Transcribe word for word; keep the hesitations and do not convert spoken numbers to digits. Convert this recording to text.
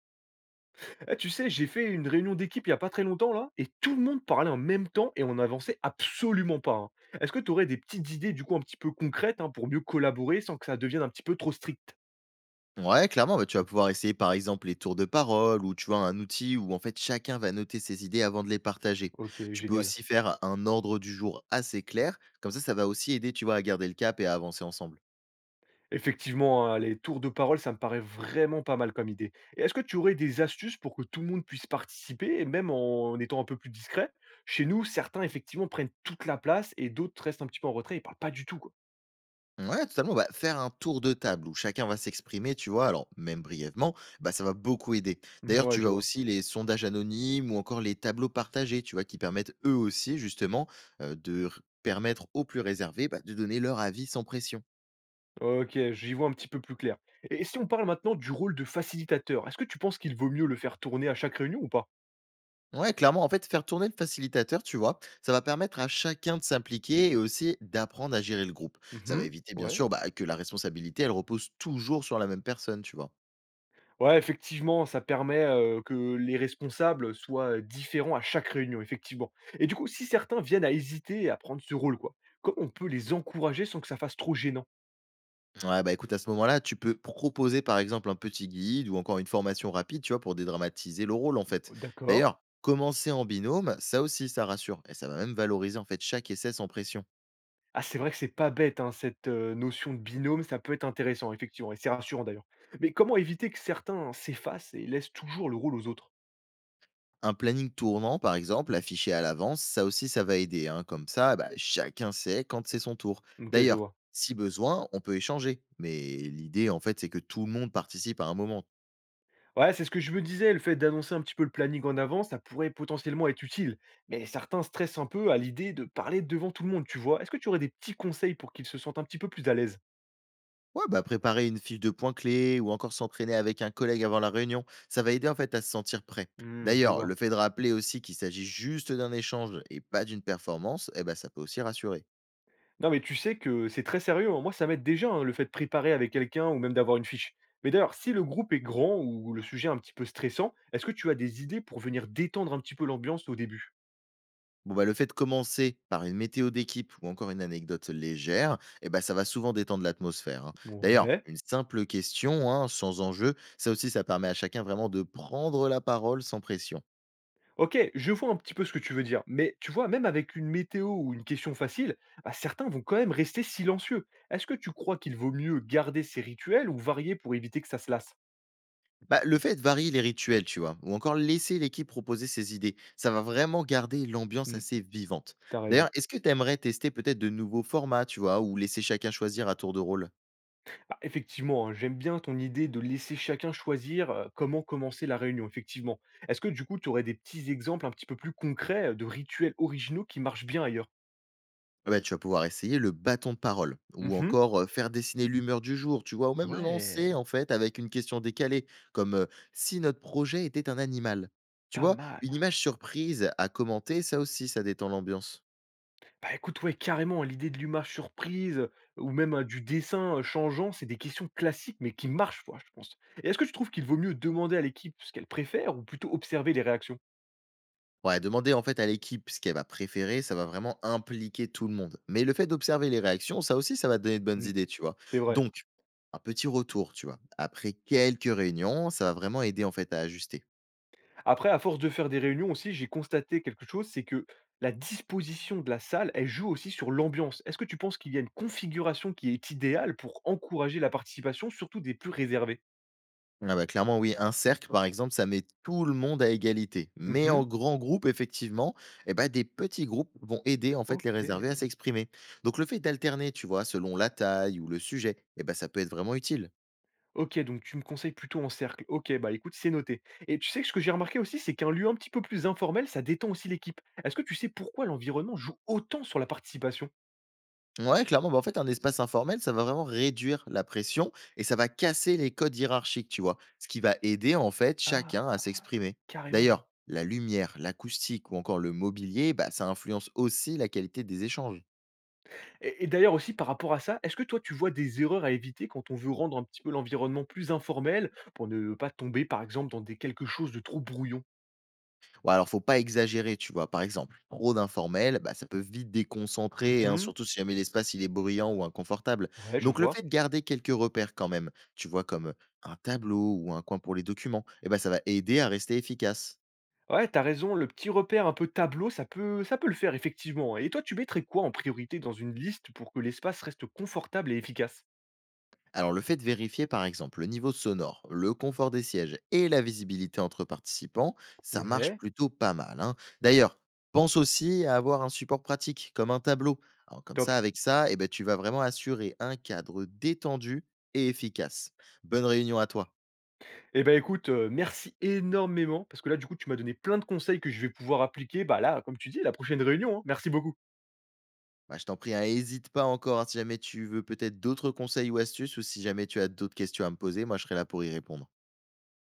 Eh, tu sais, j'ai fait une réunion d'équipe il y a pas très longtemps là, et tout le monde parlait en même temps et on n'avançait absolument pas, hein. Est-ce que tu aurais des petites idées du coup un petit peu concrètes, hein, pour mieux collaborer sans que ça devienne un petit peu trop strict? Ouais, clairement, bah, tu vas pouvoir essayer par exemple les tours de parole ou tu vois un outil où en fait chacun va noter ses idées avant de les partager. Ok, Tu peux génial. aussi faire un ordre du jour assez clair, comme ça ça va aussi aider tu vois à garder le cap et à avancer ensemble. Effectivement, hein, les tours de parole, ça me paraît vraiment pas mal comme idée. Et est-ce que tu aurais des astuces pour que tout le monde puisse participer, et même en étant un peu plus discret? Chez nous, certains effectivement prennent toute la place et d'autres restent un petit peu en retrait et parlent pas du tout, quoi. Ouais, totalement, bah, faire un tour de table où chacun va s'exprimer, tu vois, alors même brièvement, bah ça va beaucoup aider. D'ailleurs, Ouais, tu je as vois. aussi les sondages anonymes ou encore les tableaux partagés, tu vois, qui permettent eux aussi justement euh, de r- permettre aux plus réservés bah, de donner leur avis sans pression. OK, j'y vois un petit peu plus clair. Et si on parle maintenant du rôle de facilitateur, est-ce que tu penses qu'il vaut mieux le faire tourner à chaque réunion ou pas? Ouais, clairement, en fait, faire tourner le facilitateur, tu vois, ça va permettre à chacun de s'impliquer et aussi d'apprendre à gérer le groupe. Ça va Mmh. éviter, bien Ouais. sûr, bah, que la responsabilité, elle repose toujours sur la même personne, tu vois. Ouais, effectivement, ça permet, heu, que les responsables soient différents à chaque réunion, effectivement. Et du coup, si certains viennent à hésiter à prendre ce rôle, quoi, comment on peut les encourager sans que ça fasse trop gênant? Ouais, bah écoute, à ce moment-là, tu peux proposer, par exemple, un petit guide ou encore une formation rapide, tu vois, pour dédramatiser le rôle, en fait. D'accord. D'ailleurs, commencer en binôme, ça aussi, ça rassure. Et ça va même valoriser, en fait, chaque essai sans pression. Ah, c'est vrai que c'est pas bête, hein, cette, heu, notion de binôme, ça peut être intéressant, effectivement, et c'est rassurant d'ailleurs. Mais comment éviter que certains s'effacent et laissent toujours le rôle aux autres? Un planning tournant, par exemple, affiché à l'avance, ça aussi, ça va aider, hein. Comme ça, bah, chacun sait quand c'est son tour. OK, je D'ailleurs, vois. si besoin, on peut échanger. Mais l'idée, en fait, c'est que tout le monde participe à un moment. Ouais, c'est ce que je me disais, le fait d'annoncer un petit peu le planning en avance, ça pourrait potentiellement être utile. Mais certains stressent un peu à l'idée de parler devant tout le monde, tu vois. Est-ce que tu aurais des petits conseils pour qu'ils se sentent un petit peu plus à l'aise? Ouais, bah, préparer une fiche de points clés ou encore s'entraîner avec un collègue avant la réunion, ça va aider en fait à se sentir prêt. Hmm, je D'ailleurs, vois. le fait de rappeler aussi qu'il s'agit juste d'un échange et pas d'une performance, eh ben, ça peut aussi rassurer. Non, mais tu sais que c'est très sérieux, hein. Moi, ça m'aide déjà, hein, le fait de préparer avec quelqu'un ou même d'avoir une fiche. Mais d'ailleurs, si le groupe est grand ou le sujet un petit peu stressant, est-ce que tu as des idées pour venir détendre un petit peu l'ambiance au début? Bon, bah, le fait de commencer par une météo d'équipe ou encore une anecdote légère, eh ben, ça va souvent détendre l'atmosphère, hein. D'ailleurs, Ouais. une simple question, hein, sans enjeu, ça aussi, ça permet à chacun vraiment de prendre la parole sans pression. OK, je vois un petit peu ce que tu veux dire, mais tu vois, même avec une météo ou une question facile, bah, certains vont quand même rester silencieux. Est-ce que tu crois qu'il vaut mieux garder ces rituels ou varier pour éviter que ça se lasse? Bah, le fait de varier les rituels, tu vois, ou encore laisser l'équipe proposer ses idées, ça va vraiment garder l'ambiance Hmm. assez vivante. T'as raison. D'ailleurs, est-ce que tu aimerais tester peut-être de nouveaux formats, tu vois, ou laisser chacun choisir à tour de rôle? Bah, effectivement, hein, j'aime bien ton idée de laisser chacun choisir euh, comment commencer la réunion, effectivement. Est-ce que du coup, tu aurais des petits exemples un petit peu plus concrets euh, de rituels originaux qui marchent bien ailleurs? Ah bah, tu vas pouvoir essayer le bâton de parole ou Mhm. encore heu, faire dessiner l'humeur du jour, tu vois? Ou même lancer Ouais, en fait avec une question décalée comme, heu: «Si notre projet était un animal ?» tu pas vois? mal. Une image surprise à commenter, ça aussi, ça détend l'ambiance. Bah, écoute, ouais, carrément, hein, l'idée de l'image surprise, heu, ou même, heu, du dessin, heu, changeant, c'est des questions classiques, mais qui marchent, quoi, je pense. Et est-ce que tu trouves qu'il vaut mieux demander à l'équipe ce qu'elle préfère ou plutôt observer les réactions? Ouais, demander en fait à l'équipe ce qu'elle va préférer, ça va vraiment impliquer tout le monde. Mais le fait d'observer les réactions, ça aussi, ça va te donner de bonnes Mmh, idées, tu vois? c'est vrai. Donc un petit retour, tu vois? Après quelques réunions, ça va vraiment aider en fait à ajuster. Après, à force de faire des réunions aussi, j'ai constaté quelque chose, c'est que la disposition de la salle, elle joue aussi sur l'ambiance. Est-ce que tu penses qu'il y a une configuration qui est idéale pour encourager la participation, surtout des plus réservés? Ah bah, clairement, oui. Un cercle, par exemple, ça met tout le monde à égalité. Mais Mmh. en grand groupe, effectivement, eh ben, des petits groupes vont aider en fait les OK. réservés à s'exprimer. Donc le fait d'alterner, tu vois, selon la taille ou le sujet, eh ben, ça peut être vraiment utile. OK, donc tu me conseilles plutôt en cercle. OK, bah, écoute, c'est noté. Et tu sais que ce que j'ai remarqué aussi, c'est qu'un lieu un petit peu plus informel, ça détend aussi l'équipe. Est-ce que tu sais pourquoi l'environnement joue autant sur la participation? Ouais, clairement, bah, en fait, un espace informel, ça va vraiment réduire la pression et ça va casser les codes hiérarchiques, tu vois. Ce qui va aider en fait chacun à Ah, s'exprimer. carrément. D'ailleurs, la lumière, l'acoustique ou encore le mobilier, bah, ça influence aussi la qualité des échanges. Et, et d'ailleurs aussi par rapport à ça, est-ce que toi tu vois des erreurs à éviter quand on veut rendre un petit peu l'environnement plus informel pour ne pas tomber par exemple dans des quelque chose de trop brouillon? Ouais, alors faut pas exagérer, tu vois? Par exemple, trop d'informel, bah, ça peut vite déconcentrer, hein, Mhm. surtout si jamais l'espace il est bruyant ou inconfortable. Ouais, je Donc le fait vois. de garder quelques repères quand même, tu vois, comme un tableau ou un coin pour les documents, et ben ça va aider à rester efficace. Ouais, t'as raison, le petit repère un peu tableau, ça peut, ça peut le faire effectivement, hein. Et toi, tu mettrais quoi en priorité dans une liste pour que l'espace reste confortable et efficace? Alors, le fait de vérifier, par exemple, le niveau sonore, le confort des sièges et la visibilité entre participants, ça marche Ouais, plutôt pas mal, hein. D'ailleurs, pense aussi à avoir un support pratique, comme un tableau. Alors, comme top. ça, avec ça, eh ben, tu vas vraiment assurer un cadre détendu et efficace. Bonne réunion à toi. Eh ben écoute, euh, merci énormément parce que là, du coup, tu m'as donné plein de conseils que je vais pouvoir appliquer. Bah là, comme tu dis, à la prochaine réunion, hein. Merci beaucoup. Bah, je t'en prie, n'hésite pas encore hein, si jamais tu veux peut-être d'autres conseils ou astuces ou si jamais tu as d'autres questions à me poser, moi je serai là pour y répondre.